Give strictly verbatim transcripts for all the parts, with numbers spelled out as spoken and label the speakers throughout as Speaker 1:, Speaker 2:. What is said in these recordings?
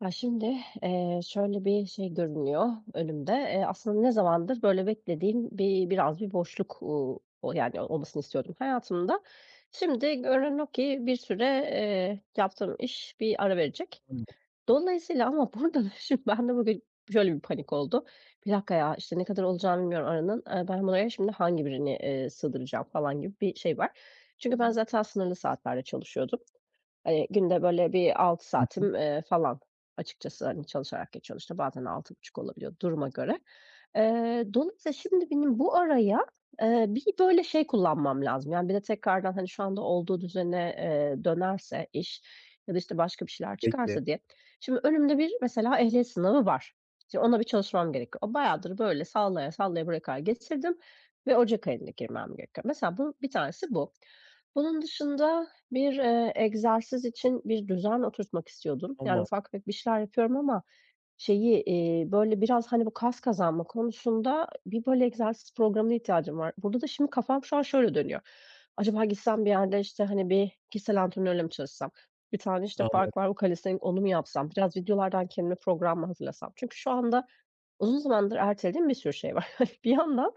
Speaker 1: Ya, şimdi, eee, şöyle bir şey görünüyor önümde. Eee, aslında ne zamandır böyle beklediğim bir biraz bir boşluk, uuu, o yani olmasını istiyordum hayatımda. Şimdi görünen o ki bir süre, eee, yaptığım iş bir ara verecek.
Speaker 2: Hı
Speaker 1: Dolayısıyla ama burada da şimdi ben de bugün şöyle bir panik oldu. "Bir dakika ya, işte, ne kadar olacağını bilmiyorum aranın. Eee, ben buraya şimdi hangi birini, eee, sığdıracağım?" falan gibi bir şey var. Çünkü ben zaten sınırlı saatlerde çalışıyordum. Eee, günde böyle bir altı
Speaker 2: hı.
Speaker 1: saatim, eee, falan açıkçası, hani, çalışarak geçiyor. İşte, bazen altı buçuk olabiliyor duruma göre. Eee, dolayısıyla şimdi benim bu araya, eee, bir böyle şey kullanmam lazım. Yani, bir de tekrardan, hani, şu anda olduğu düzene, eee, dönerse iş ya da, işte, başka bir şeyler
Speaker 2: Peki,
Speaker 1: çıkarsa diye. Şimdi önümde bir mesela ehliyet sınavı var. Şimdi ona bir çalışmam gerekiyor. O bayağıdır böyle sallaya sallaya buraya kadar getirdim ve ocak ayında girmem gerekiyor. Mesela bu bir tanesi bu. Bunun dışında, bir, eee, egzersiz için bir düzen oturtmak istiyordum. Yani,
Speaker 2: tamam,
Speaker 1: ufak tefek bir şeyler yapıyorum ama şeyi, eee, böyle, biraz, hani, bu kas kazanma konusunda bir, böyle, egzersiz programına ihtiyacım var. Burada da şimdi kafam şu an şöyle dönüyor. Acaba gitsem bir yerde, işte, hani, bir kişisel antrenörle mi çalışsam? Bir tane, işte,
Speaker 2: anladım.
Speaker 1: park var, o calisthenics onu mu yapsam? Biraz videolardan kendime program mı hazırlasam? Çünkü şu anda uzun zamandır ertelediğim bir sürü şey var. Hani, bir yandan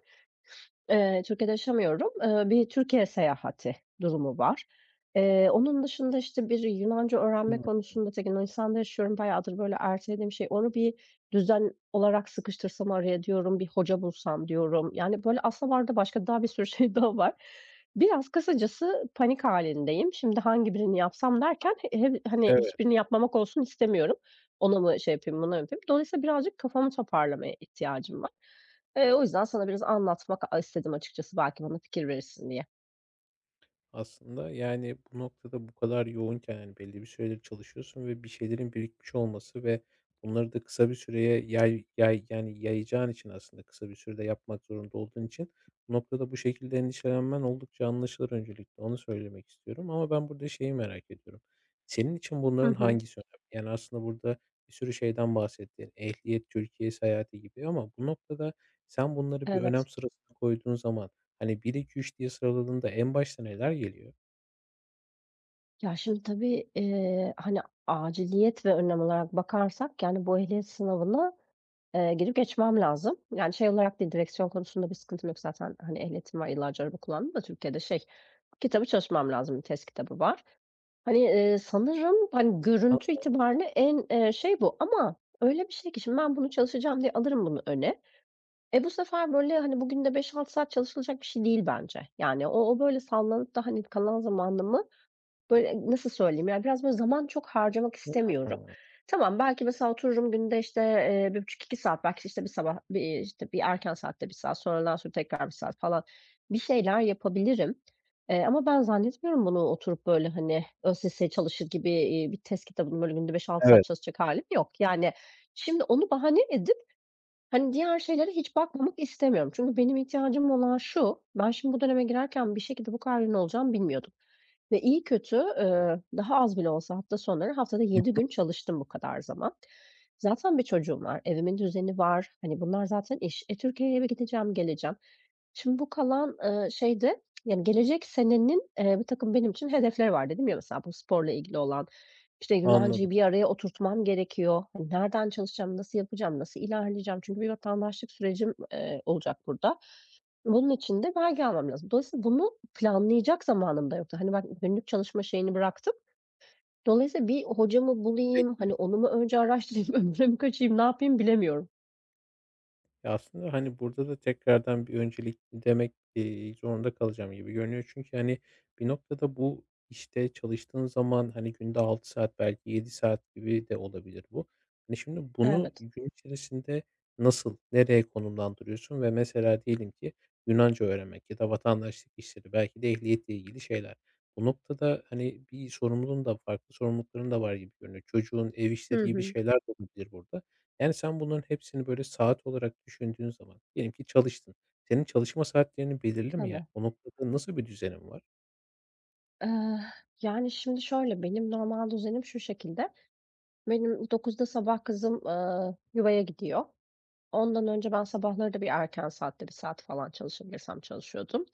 Speaker 1: Eee, Türkiye'de yaşamıyorum. Eee, bir Türkiye seyahati durumu var. Eee, onun dışında, işte, bir Yunanca öğrenme konusunda tek Yunanistan'da yaşıyorum. Bayağıdır böyle ertelediğim şey. Onu bir düzen olarak sıkıştırsam araya diyorum, bir hoca bulsam diyorum. Yani, böyle aslında vardı başka daha bir sürü şey daha var. Biraz kısacası panik halindeyim. Şimdi hangi birini yapsam derken he he hani,
Speaker 2: Evet.
Speaker 1: hiçbirini yapmamak olsun istemiyorum. Ona mı şey yapayım, buna mı yapayım? Dolayısıyla birazcık kafamı toparlamaya ihtiyacım var. Eee, o yüzden sana biraz anlatmak istedim açıkçası belki bana fikir verirsin diye.
Speaker 2: Aslında, yani, bu noktada bu kadar yoğunken, yani belli bir süredir çalışıyorsun ve bir şeylerin birikmiş olması ve bunları da kısa bir süreye yay yay yani, yayacağın için aslında kısa bir sürede yapmak zorunda olduğun için bu noktada bu şekilde endişelenmen oldukça anlaşılır öncelikle, onu söylemek istiyorum ama ben burada şeyi merak ediyorum. Senin için
Speaker 1: Hı
Speaker 2: bunların
Speaker 1: hı.
Speaker 2: hangisi önemli? Yani, aslında burada bir sürü şeyden bahsettin. Ehliyet, Türkiye seyahati gibi ama bu noktada sen bunları bir önem
Speaker 1: Evet.
Speaker 2: sırasına koyduğun zaman hani, bir iki üç diye sıraladığında en başta neler geliyor?
Speaker 1: Ya, şimdi tabii, eee, hani, aciliyet ve önlem olarak bakarsak, yani, bu ehliyet sınavına, eee, girip geçmem lazım. Yani, şey olarak değil, direksiyon konusunda bir sıkıntım yok zaten, hani, ehliyetim var, yıllarca araba kullandım da Türkiye'de şey, kitabı çalışmam lazım, bir test kitabı var. Hani, eee, sanırım, hani,
Speaker 2: Ha.
Speaker 1: görüntü itibariyle en, eee, şey bu ama öyle bir şey ki şimdi ben bunu çalışacağım diye alırım bunu öne. E, bu sefer, böyle, hani, bugün de beş altı saat çalışılacak bir şey değil bence. Yani, o o, böyle, sallanıp da, hani, kalan zamanımı, böyle, e, nasıl söyleyeyim, yani, biraz, böyle, zaman çok harcamak istemiyorum. Tamam, belki mesela otururum günde, işte, eee, bir buçuk iki saat, belki, işte, bir sabah, bir, eee, işte, bir erken saatte bir saat, sonradan sonra tekrar bir saat falan bir şeyler yapabilirim. Eee, ama ben zannetmiyorum bunu oturup, böyle, hani, ÖSS çalışır gibi, iii, bir test kitabını, böyle, günde beş altı saat
Speaker 2: Evet.
Speaker 1: çalışacak hâlim yok. Yani, şimdi onu bahane. Hani, diğer şeylere hiç bakmamak istemiyorum. Çünkü benim ihtiyacım olan şu: Ben şimdi bu döneme girerken bir şekilde bu kadar ünlü olacağımı bilmiyordum. Ve iyi kötü, eee, daha az bile olsa hafta sonları haftada yedi
Speaker 2: Hı.
Speaker 1: gün çalıştım bu kadar zaman. Zaten bir çocuğum var, evimin düzeni var. Hani, bunlar zaten iş. E, Türkiye'ye eve gideceğim, geleceğim. Şimdi bu kalan, eee, şeyde, yani, gelecek senenin, eee, bir takım benim için hedefleri var dedim ya mesela bu sporla ilgili olan, işte,
Speaker 2: Anladım.
Speaker 1: Yunancayı bir araya oturtmam gerekiyor. Hani, nereden çalışacağım, nasıl yapacağım, nasıl ilerleyeceğim? Çünkü bir vatandaşlık sürecim, eee, olacak burada. Bunun için de belge almam lazım. Dolayısıyla bunu planlayacak zamanım da yoktu. Hani ben günlük çalışma şeyini bıraktım. Dolayısıyla bir hocamı bulayım,
Speaker 2: Peki.
Speaker 1: hani onu mu önce araştırayım, öbürüne mi kaçayım, ne yapayım bilemiyorum.
Speaker 2: Ya, aslında, hani, burada da tekrardan bir öncelik demek, eee, zorunda kalacağım gibi görünüyor. Çünkü, hani, bir noktada bu işte çalıştığın zaman, hani, günde altı saat belki yedi saat gibi de olabilir bu. Hani, şimdi bunu
Speaker 1: Evet.
Speaker 2: gün içerisinde nasıl, nereye konumlandırıyorsun ve mesela diyelim ki Yunanca öğrenmek ya da vatandaşlık işleri, belki de ehliyetle ilgili şeyler. Bu noktada, hani, bir sorumluluğun da, farklı sorumlulukların da var gibi görünüyor. Çocuğun, ev işleri
Speaker 1: Hı
Speaker 2: gibi
Speaker 1: hı.
Speaker 2: şeyler de olabilir burada. Yani, sen bunların hepsini, böyle, saat olarak düşündüğün zaman diyelim ki çalıştın. Senin çalışma saatlerini belirli mi, yani?
Speaker 1: Tabii.
Speaker 2: O noktada nasıl bir düzenin var?
Speaker 1: Eee, Yani şimdi şöyle, benim normal düzenim şu şekilde. Benim dokuzda sabah kızım, eee, yuvaya gidiyor. Ondan önce ben sabahları da bir erken saatte bir saat falan çalışabilirsem çalışıyordum.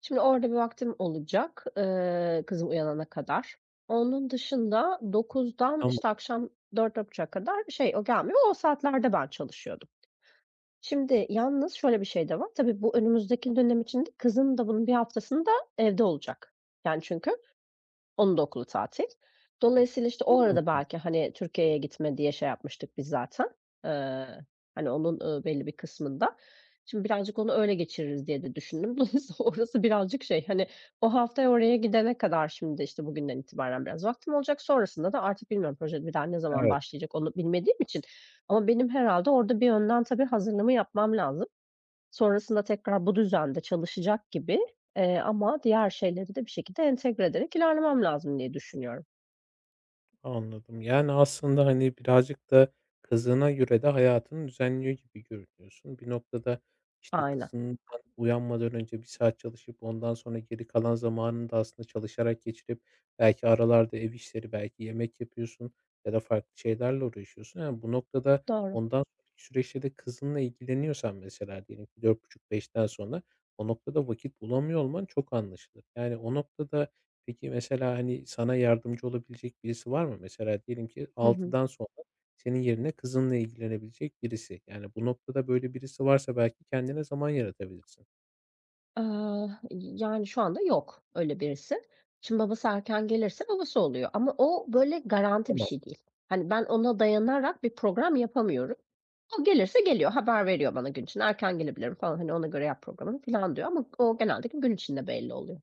Speaker 1: Şimdi orada bir vaktim olacak, eee, kızım uyanana kadar. Onun dışında dokuzdan
Speaker 2: Tamam.
Speaker 1: işte akşam dörde dört otuza kadar şey, o gelmiyor. O saatlerde ben çalışıyordum. Şimdi yalnız şöyle bir şey de var. Tabii bu önümüzdeki dönem içinde kızım da bunun bir haftasını da evde olacak. Yani çünkü onun da okulu tatil. Dolayısıyla, işte, o arada
Speaker 2: Hıı.
Speaker 1: belki, hani, Türkiye'ye gitme diye şey yapmıştık biz zaten. Eee, Hani, onun, ııı, belli bir kısmında. Şimdi birazcık onu öyle geçiririz diye de düşündüm. Dolayısıyla orası birazcık şey, hani, o haftaya oraya gidene kadar şimdi, işte, bugünden itibaren biraz vaktim olacak. Sonrasında da artık bilmiyorum proje bir daha ne zaman
Speaker 2: Evet.
Speaker 1: başlayacak onu bilmediğim için ama benim herhâlde orada bir önden tabii hazırlığımı yapmam lazım. Sonrasında tekrar bu düzende çalışacak gibi, eee, ama diğer şeyleri de bir şekilde entegre ederek ilerlemem lazım diye düşünüyorum.
Speaker 2: Anladım. Yani, aslında, hani, birazcık da kızına göre de hayatını düzenliyor gibi görünüyorsun. Bir noktada, işte,
Speaker 1: Aynen,
Speaker 2: kızından uyanmadan önce bir saat çalışıp ondan sonra geri kalan zamanını da aslında çalışarak geçirip belki aralarda ev işleri, belki yemek yapıyorsun ya da farklı şeylerle uğraşıyorsun. Yani, bu noktada
Speaker 1: doğru.
Speaker 2: ondan sonraki süreçte de kızınla ilgileniyorsan mesela diyelim ki dört buçuk beşten sonra o noktada vakit bulamıyor olman çok anlaşılır. Yani, o noktada peki, mesela, hani, sana yardımcı olabilecek birisi var mı? Mesela diyelim ki
Speaker 1: Hı hı.
Speaker 2: altıdan sonra senin yerine kızınla ilgilenebilecek birisi. Yani, bu noktada böyle birisi varsa belki kendine zaman yaratabilirsin.
Speaker 1: Aaa, yani, şu anda yok öyle birisi. Şimdi babası erken gelirse babası oluyor ama o böyle garanti bir
Speaker 2: Tamam.
Speaker 1: şey değil. Hani, ben ona dayanarak bir program yapamıyorum. O gelirse geliyor, haber veriyor bana gün içinde, "Erken gelebilirim." falan, hani, "Ona göre yap programını." falan diyor ama o genelde gün içinde belli oluyor.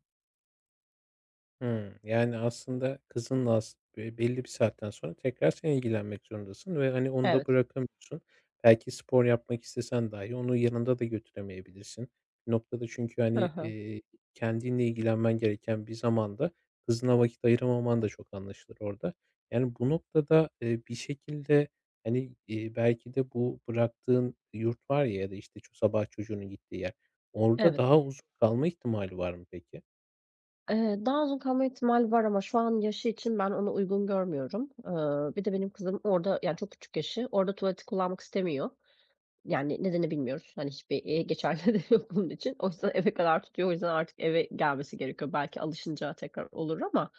Speaker 2: Hımm. Yani, aslında kızınla as be belli bir saatten sonra tekrar sen ilgilenmek zorundasın ve, hani, onu da
Speaker 1: Evet.
Speaker 2: bırakamıyorsun. Belki spor yapmak istesen dahi onu yanında da götüremeyebilirsin. Bir noktada çünkü,
Speaker 1: Hı
Speaker 2: hani,
Speaker 1: hı.
Speaker 2: eee, kendinle ilgilenmen gereken bir zamanda kızına vakit ayıramaman da çok anlaşılır orada. Yani, bu noktada, eee, bir şekilde, hani, iii, belki de bu bıraktığın yurt var ya ya da, işte, ço sabah çocuğunun gittiği yer, orada
Speaker 1: Evet.
Speaker 2: daha uzun kalma ihtimali var mı peki?
Speaker 1: Eee, daha uzun kalma ihtimali var ama şu an yaşı için ben onu uygun görmüyorum. Eee, bir de benim kızım orada, yani, çok küçük yaşı, orada tuvaleti kullanmak istemiyor. Yani, nedeni bilmiyoruz. Hani, hiçbir, eee, geçerliliği de yok bunun için. O yüzden eve kadar tutuyor. O yüzden artık eve gelmesi gerekiyor. Belki alışınca tekrar olur ama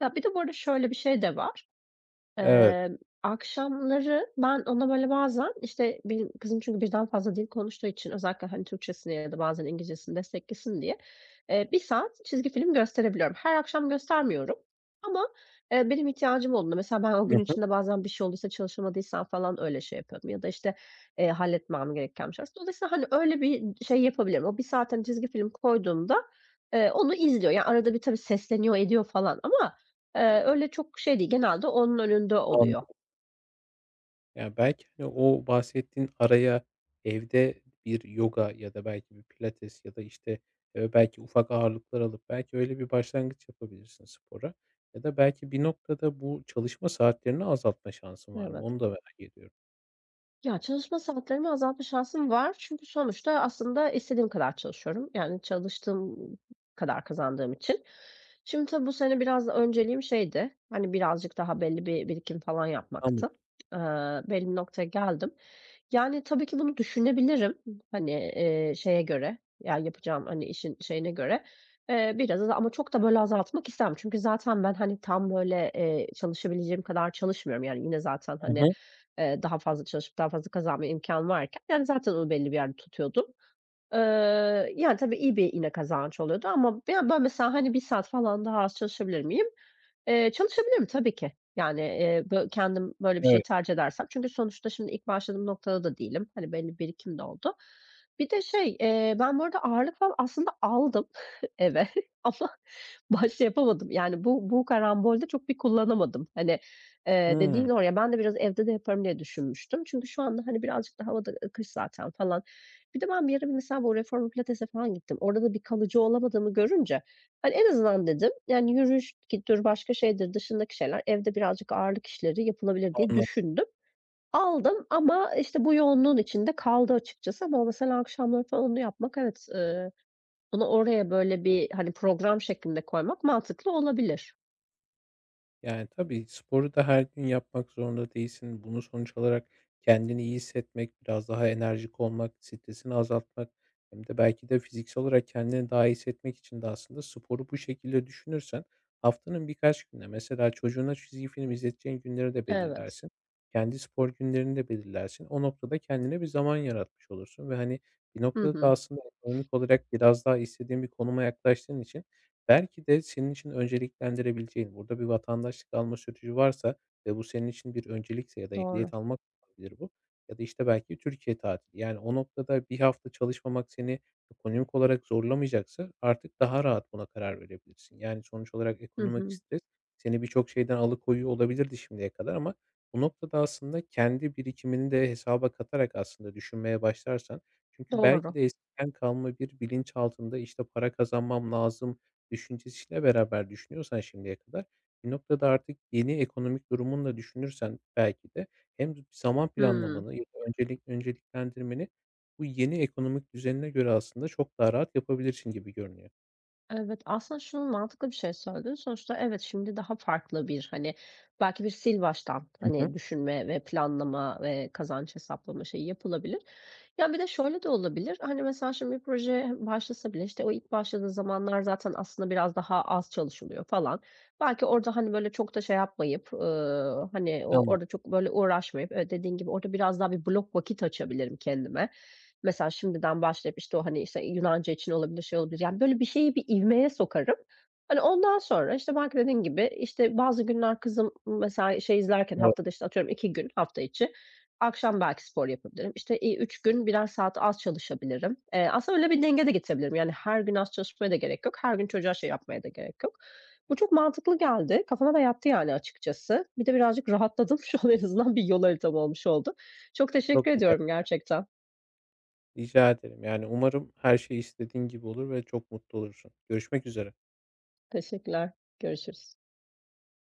Speaker 1: ya, bir de bu arada şöyle bir şey de var.
Speaker 2: Evet.
Speaker 1: Emm, Akşamları ben ona, böyle, bazen, işte, benim kızım çünkü birden fazla dil konuştuğu için özellikle, hani, Türkçesini ya da bazen İngilizcesini desteklesin diye, eee, bir saat çizgi film gösterebiliyorum. Her akşam göstermiyorum ama, eee, benim ihtiyacım olduğunda mesela ben o
Speaker 2: Hı
Speaker 1: gün
Speaker 2: hı.
Speaker 1: içinde bazen bir şey olduysa çalışamadıysam falan öyle şey yapıyorum ya da, işte, eee, halletmem gereken bir şey varsa. Dolayısıyla, hani, öyle bir şey yapabilirim. O bir saat, hani, çizgi film koyduğumda, eee, onu izliyor. Yani arada bir tabii sesleniyor ediyor falan ama Eee, öyle çok şey değil, genelde onun önünde oluyor.
Speaker 2: Ya, belki, hani, o bahsettiğin araya evde bir yoga ya da belki bir pilates ya da, işte, eee, belki ufak ağırlıklar alıp belki öyle bir başlangıç yapabilirsin spora ya da belki bir noktada bu çalışma saatlerini azaltma şansın var mı?
Speaker 1: Evet.
Speaker 2: Onu da merak ediyorum.
Speaker 1: Ya, çalışma saatlerimi azaltma şansım var. Çünkü sonuçta aslında istediğim kadar çalışıyorum. Yani çalıştığım kadar kazandığım için. Şimdi tabii bu sene biraz da önceliğim şeydi, hani, birazcık daha belli bir birikim falan
Speaker 2: Tamam.
Speaker 1: yapmaktı. Eee, Belli bir noktaya geldim. Yani, tabii ki bunu düşünebilirim. Hani, eee, şeye göre, yani, yapacağım, hani, işin şeyine göre. Eee, biraz az ama çok da böyle azaltmak istemem. Çünkü zaten ben, hani, tam böyle, eee, çalışabileceğim kadar çalışmıyorum. Yani, yine zaten,
Speaker 2: Hı
Speaker 1: hani,
Speaker 2: hı.
Speaker 1: Eee, daha fazla çalışıp daha fazla kazanma imkânı varken, yani, zaten onu belli bir yerde tutuyordum. Eee, yani, tabii iyi bir yine kazanç oluyordu ama ben ben mesela, hani, bir saat falan daha az çalışabilir miyim? Eee, çalışabilirim tabii ki. Yani, eee, bö kendim böyle bir şeyi
Speaker 2: Evet.
Speaker 1: tercih edersem. Çünkü sonuçta şimdi ilk başladığım noktada da değilim. Hani, belli birikim de oldu. Bir de şey, eee, ben bu arada ağırlık falan aslında aldım eve ama baş yapamadım. Yani, bu bu karambolde çok bir kullanamadım. Hani, eee,
Speaker 2: Hımm.
Speaker 1: dediğin oraya? Ben de biraz evde de yaparım diye düşünmüştüm. Çünkü şu anda, hani, birazcık da hava da ı kış zaten falan. Bir de ben bir ara mesela bu reformer pilatese falan gittim. Orada da bir kalıcı olamadığımı görünce, hani, en azından dedim, yani, yürüyüştür, başka şeydir, dışındaki şeyler, evde birazcık ağırlık işleri yapılabilir diye
Speaker 2: Anladım.
Speaker 1: düşündüm. Aldım ama, işte, bu yoğunluğun içinde kaldı açıkçası ama mesela akşamları falan onu yapmak evet, eee, onu oraya böyle bir, hani, program şeklinde koymak mantıklı olabilir.
Speaker 2: Yani, tabii, sporu da her gün yapmak zorunda değilsin. Bunu sonuç olarak kendini iyi hissetmek, biraz daha enerjik olmak, stresini azaltmak hem de belki de fiziksel olarak kendini daha iyi hissetmek için de aslında sporu bu şekilde düşünürsen haftanın birkaç gününe, mesela çocuğuna çizgi film izleteceğin günleri de
Speaker 1: Evet.
Speaker 2: belirlersin. Kendi spor günlerini de belirlersin. O noktada kendine bir zaman yaratmış olursun ve, hani, bir
Speaker 1: Hı
Speaker 2: noktada da
Speaker 1: hı.
Speaker 2: aslında ekonomik olarak biraz daha istediğin bir konuma yaklaştığın için belki de senin için önceliklendirebileceğin, burada bir vatandaşlık alma süreci varsa ve bu senin için bir öncelikse ya da
Speaker 1: Doğru.
Speaker 2: ehliyet almak olabilir bu ya da, işte, belki Türkiye tatili. Yani o noktada bir hafta çalışmamak seni ekonomik olarak zorlamayacaksa artık daha rahat buna karar verebilirsin. Yani, sonuç olarak
Speaker 1: Hı
Speaker 2: ekonomik
Speaker 1: hı.
Speaker 2: stres seni birçok şeyden alıkoyuyor olabilirdi şimdiye kadar ama bu noktada aslında kendi birikimini de hesaba katarak aslında düşünmeye başlarsan çünkü belki
Speaker 1: Doğru.
Speaker 2: de eskiden kalma bir bilinç altında, işte, para kazanmam lazım, düşüncesiyle beraber düşünüyorsan şimdiye kadar, bir noktada artık yeni ekonomik durumunla da düşünürsen belki de hem zaman
Speaker 1: Hıı.
Speaker 2: planlamanı ya da öncelik önceliklendirmeni bu yeni ekonomik düzenine göre aslında çok daha rahat yapabilirsin gibi görünüyor.
Speaker 1: Evet, aslında şunun mantıklı bir şey söyledin. Sonuçta evet şimdi daha farklı bir hani belki bir sil baştan
Speaker 2: Hı hı.
Speaker 1: hani düşünme ve planlama ve kazanç hesaplama şeyi yapılabilir. Ya bir de şöyle de olabilir. Hani mesela şimdi bir proje başlasa bile işte o ilk başladığı zamanlar zaten aslında biraz daha az çalışılıyor falan. Belki orada hani böyle çok da şey yapmayıp eee, hani o
Speaker 2: Tamam.
Speaker 1: orada çok böyle uğraşmayıp evet dediğin gibi orada biraz daha bir blok vakit açabilirim kendime. Mesela şimdiden başlayıp, işte, o, hani, işte, Yunanca için olabilir, şey olabilir. Yani, böyle bir şeyi bir ivmeye sokarım. Hani, ondan sonra, işte, belki dediğin gibi, işte, bazı günler kızım mesela şey izlerken
Speaker 2: Doğru,
Speaker 1: haftada, işte, atıyorum iki gün hafta içi, akşam belki spor yapabilirim. İşte, iii, üç gün birer saat az çalışabilirim. Eee, aslında öyle bir denge de getirebilirim. Yani, her gün az çalışmaya da gerek yok. Her gün çocuğa şey yapmaya da gerek yok. Bu çok mantıklı geldi. Kafama da yattı, yani, açıkçası. Bir de birazcık rahatladım. Şu an en azından bir yol haritam olmuş oldu. Çok teşekkür
Speaker 2: çok güzel.
Speaker 1: ediyorum gerçekten.
Speaker 2: Rica ederim. Yani umarım her şey istediğin gibi olur ve çok mutlu olursun. Görüşmek üzere.
Speaker 1: Teşekkürler. Görüşürüz.